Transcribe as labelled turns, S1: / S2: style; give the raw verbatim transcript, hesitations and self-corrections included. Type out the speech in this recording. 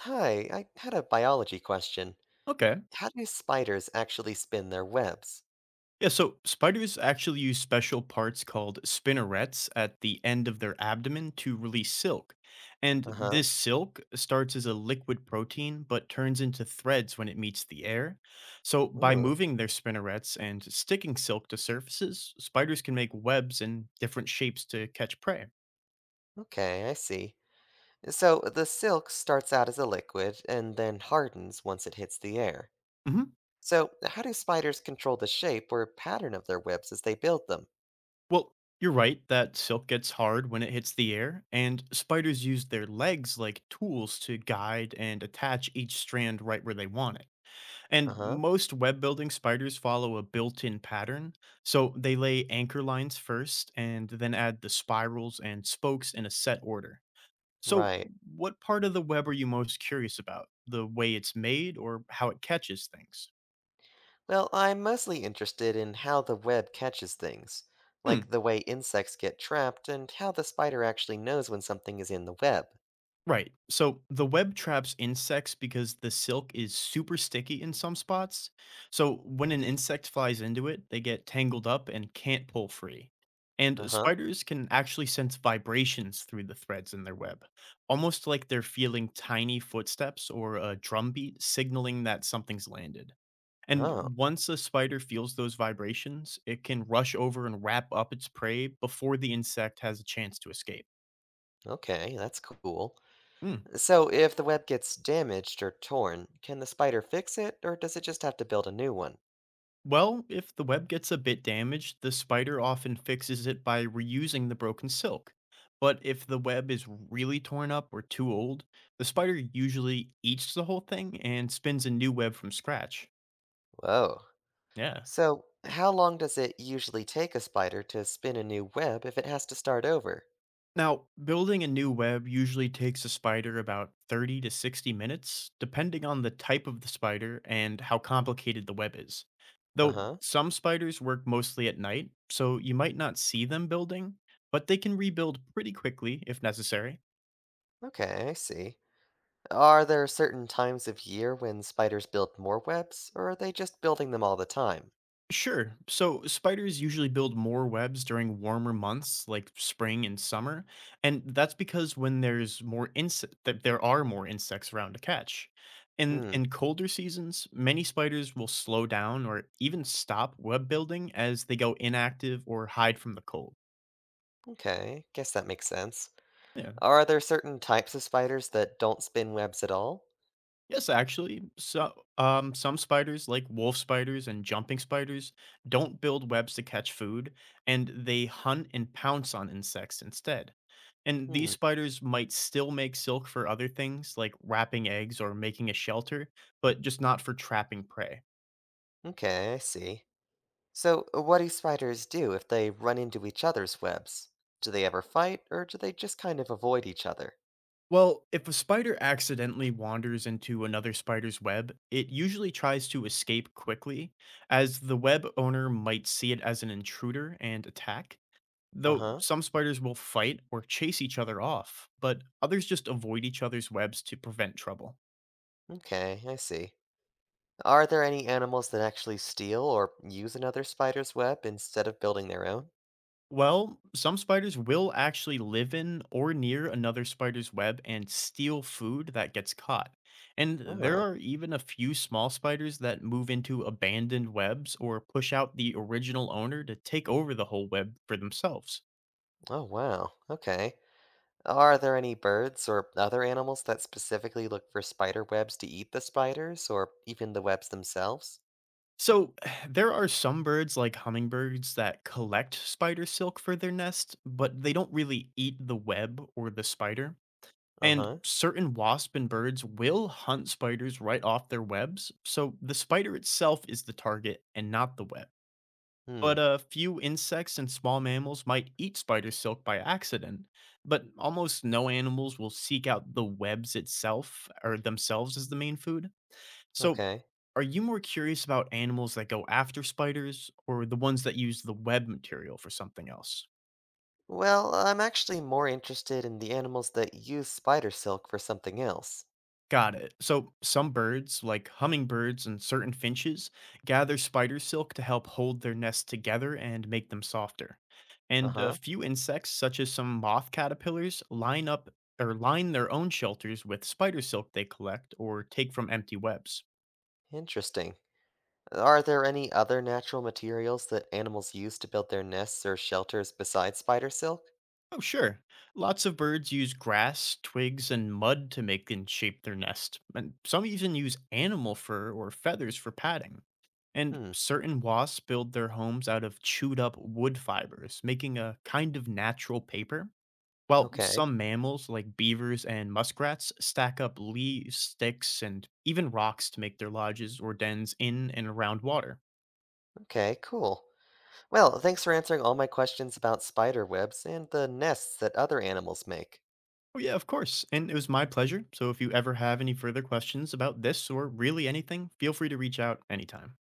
S1: Hi, I had a biology question.
S2: Okay.
S1: How do spiders actually spin their webs?
S2: Yeah, so spiders actually use special parts called spinnerets at the end of their abdomen to release silk. And
S1: Uh-huh.
S2: this silk starts as a liquid protein but turns into threads when it meets the air. So by
S1: Ooh,
S2: moving their spinnerets and sticking silk to surfaces, spiders can make webs in different shapes to catch prey.
S1: okay, I see. So the silk starts out as a liquid and then hardens once it hits the air.
S2: Hmm.
S1: So how do spiders control the shape or pattern of their webs as they build them?
S2: Well, you're right that silk gets hard when it hits the air, and spiders use their legs like tools to guide and attach each strand right where they want it. And
S1: Uh-huh.
S2: most web building spiders follow a built in pattern. So they lay anchor lines first and then add the spirals and spokes in a set order. So,
S1: Right.
S2: what part of the web are you most curious about? The way it's made or how it catches things?
S1: Well, I'm mostly interested in how the web catches things, like
S2: Hmm.
S1: the way insects get trapped and how the spider actually knows when something is in the web.
S2: Right. So the web traps insects because the silk is super sticky in some spots. So when an insect flies into it, they get tangled up and can't pull free. And
S1: Uh-huh.
S2: spiders can actually sense vibrations through the threads in their web, almost like they're feeling tiny footsteps or a drumbeat signaling that something's landed. And
S1: Oh,
S2: once a spider feels those vibrations, it can rush over and wrap up its prey before the insect has a chance to escape.
S1: okay, that's cool.
S2: Hmm.
S1: So, if the web gets damaged or torn, can the spider fix it, or does it just have to build a new one?
S2: Well, if the web gets a bit damaged, the spider often fixes it by reusing the broken silk. But if the web is really torn up or too old, the spider usually eats the whole thing and spins a new web from scratch.
S1: Whoa.
S2: Yeah.
S1: So, how long does it usually take a spider to spin a new web if it has to start over?
S2: Now, building a new web usually takes a spider about thirty to sixty minutes, depending on the type of the spider and how complicated the web is.
S1: Uh
S2: Though
S1: huh.
S2: some spiders work mostly at night, so you might not see them building, but they can rebuild pretty quickly if necessary.
S1: Okay, I see. Are there certain times of year when spiders build more webs, or are they just building them all the time?
S2: Sure. So spiders usually build more webs during warmer months like spring and summer, and that's because when there's more insect that there are more insects around to catch. In
S1: Hmm,
S2: in colder seasons, many spiders will slow down or even stop web building as they go inactive or hide from the cold.
S1: okay, guess that makes sense.
S2: Yeah.
S1: Are there certain types of spiders that don't spin webs at all?
S2: Yes, actually, so um, some spiders, like wolf spiders and jumping spiders, don't build webs to catch food, and they hunt and pounce on insects instead. And these
S1: Hmm,
S2: spiders might still make silk for other things, like wrapping eggs or making a shelter, but just not for trapping prey.
S1: okay, I see. So, uh, what do spiders do if they run into each other's webs? Do they ever fight, or do they just kind of avoid each other?
S2: Well, if a spider accidentally wanders into another spider's web, it usually tries to escape quickly, as the web owner might see it as an intruder and attack.
S1: Uh
S2: Though
S1: huh.
S2: some spiders will fight or chase each other off, but others just avoid each other's webs to prevent trouble.
S1: Okay, I see. Are there any animals that actually steal or use another spider's web instead of building their own?
S2: Well, some spiders will actually live in or near another spider's web and steal food that gets caught. And there
S1: Oh,
S2: are even a few small spiders that move into abandoned webs or push out the original owner to take over the whole web for themselves.
S1: oh wow. Okay. Are there any birds or other animals that specifically look for spider webs to eat the spiders or even the webs themselves?
S2: So, there are some birds like hummingbirds that collect spider silk for their nest, but they don't really eat the web or the spider.
S1: Uh
S2: And
S1: huh.
S2: certain wasp and birds will hunt spiders right off their webs, so the spider itself is the target and not the web.
S1: Hmm.
S2: But a few insects and small mammals might eat spider silk by accident, but almost no animals will seek out the webs itself or themselves as the main food. So,
S1: Okay.
S2: are you more curious about animals that go after spiders or the ones that use the web material for something else?
S1: Well, I'm actually more interested in the animals that use spider silk for something else.
S2: Got it. So, some birds, like hummingbirds and certain finches, gather spider silk to help hold their nests together and make them softer.
S1: Uh
S2: And a
S1: huh.
S2: few insects, such as some moth caterpillars, line up or line their own shelters with spider silk they collect or take from empty webs.
S1: Interesting. Are there any other natural materials that animals use to build their nests or shelters besides spider silk?
S2: Oh, sure. Lots of birds use grass, twigs, and mud to make and shape their nest, and some even use animal fur or feathers for padding. And
S1: Hmm.
S2: certain wasps build their homes out of chewed up wood fibers, making a kind of natural paper. While
S1: Okay.
S2: some mammals, like beavers and muskrats, stack up leaves, sticks, and even rocks to make their lodges or dens in and around water.
S1: Okay, cool. Well, thanks for answering all my questions about spider webs and the nests that other animals make.
S2: Oh, yeah, of course. And it was my pleasure. So if you ever have any further questions about this or really anything, feel free to reach out anytime.